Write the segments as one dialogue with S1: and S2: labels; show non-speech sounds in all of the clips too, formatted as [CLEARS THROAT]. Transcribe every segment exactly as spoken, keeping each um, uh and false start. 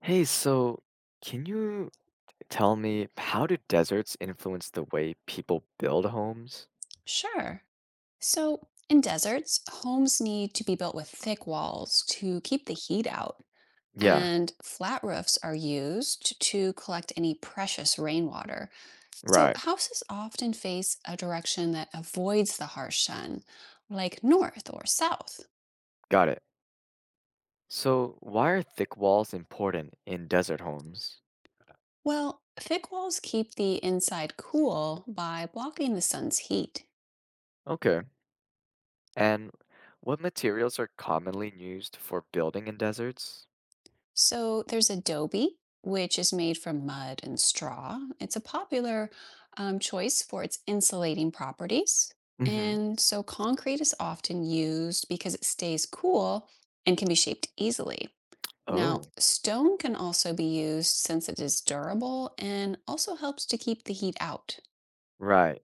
S1: Hey, so can you tell me how do deserts influence the way people build homes?
S2: Sure. So, in deserts, homes need to be built with thick walls to keep the heat out,
S1: Yeah,
S2: and flat roofs are used to collect any precious rainwater. So,
S1: right.
S2: houses often face a direction that avoids the harsh sun, like north or south.
S1: Got it. So, why are thick walls important in desert homes?
S2: Well, thick walls keep the inside cool by blocking the sun's heat.
S1: Okay. And what materials are commonly used for building in deserts?
S2: So there's adobe, which is made from mud and straw. It's a popular um, choice for its insulating properties.
S1: Mm-hmm.
S2: And so concrete is often used because it stays cool and can be shaped easily. Now,
S1: Oh,
S2: stone can also be used since it is durable and also helps to keep the heat out.
S1: right.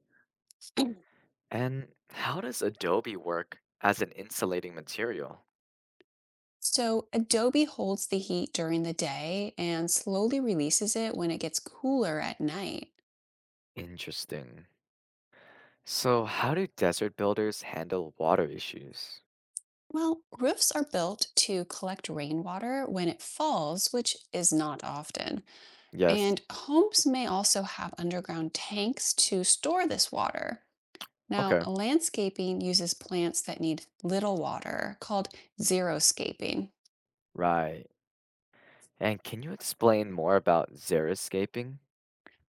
S2: [CLEARS THROAT]
S1: And how does adobe work as an insulating material?
S2: So, adobe holds the heat during the day and slowly releases it when it gets cooler at night.
S1: Interesting. So, how do desert builders handle water issues?
S2: Well, roofs are built to collect rainwater when it falls, which is not often.
S1: Yes.
S2: And homes may also have underground tanks to store this water. Now,
S1: Okay.
S2: landscaping uses plants that need little water, called xeriscaping.
S1: Right. And can you explain more about xeriscaping?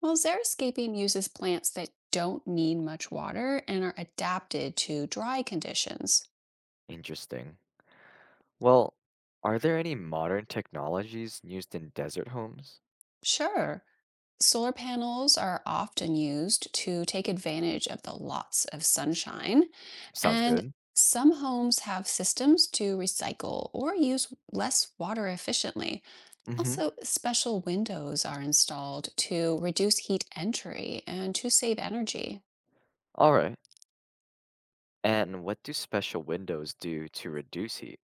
S2: Well, xeriscaping uses plants that don't need much water and are adapted to dry conditions.
S1: Interesting. Well, are there any modern technologies used in desert homes?
S2: Sure. Solar panels are often used to take advantage of the lots of sunshine,
S1: Sounds
S2: and
S1: good.
S2: some homes have systems to recycle or use less water efficiently.
S1: Mm-hmm.
S2: Also, special windows are installed to reduce heat entry and to save energy.
S1: All right. And what do special windows do to reduce heat?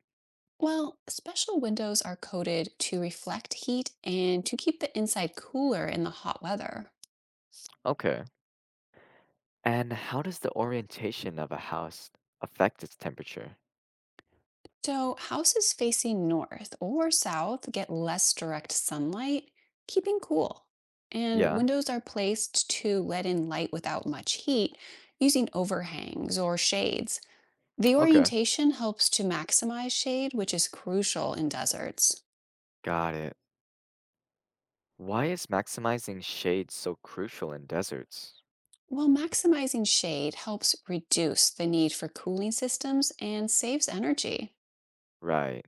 S2: Well, special windows are coated to reflect heat and to keep the inside cooler in the hot weather.
S1: Okay. And how does the orientation of a house affect its temperature?
S2: So, houses facing north or south get less direct sunlight, keeping cool. And
S1: Yeah.
S2: windows are placed to let in light without much heat using overhangs or shades. The
S1: Okay.
S2: orientation helps to maximize shade, which is crucial in deserts.
S1: Got it. Why is maximizing shade so crucial in deserts?
S2: While maximizing shade helps reduce the need for cooling systems and saves energy.
S1: Right.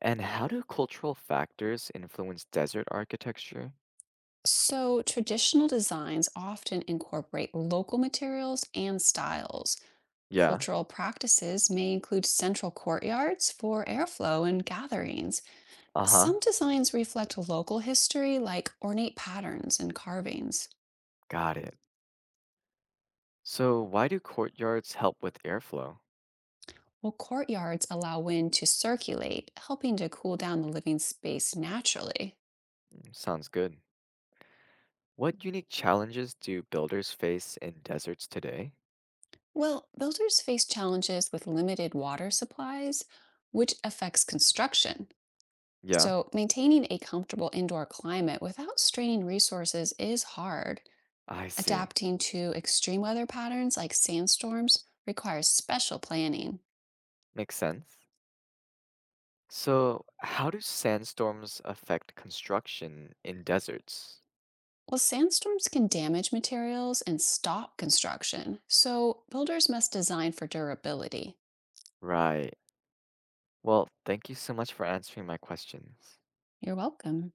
S1: And how do cultural factors influence desert architecture?
S2: So, traditional designs often incorporate local materials and styles.
S1: Yeah.
S2: Cultural practices may include central courtyards for airflow and gatherings.
S1: Uh-huh.
S2: Some designs reflect local history, like ornate patterns and carvings,
S1: Got it. So why do courtyards help with airflow?
S2: while courtyards allow wind to circulate, helping to cool down the living space naturally.
S1: Mm, sounds good. What unique challenges do builders face in deserts today?
S2: Well, builders face challenges with limited water supplies, which affects construction.
S1: Yeah,
S2: So, maintaining a comfortable indoor climate without straining resources is hard.
S1: I see.
S2: Adapting to extreme weather patterns like sandstorms requires special planning.
S1: Makes sense. So how do sandstorms affect construction in deserts?
S2: Well, sandstorms can damage materials and stop construction, so builders must design for durability.
S1: Right. Well, thank you so much for answering my questions.
S2: You're welcome.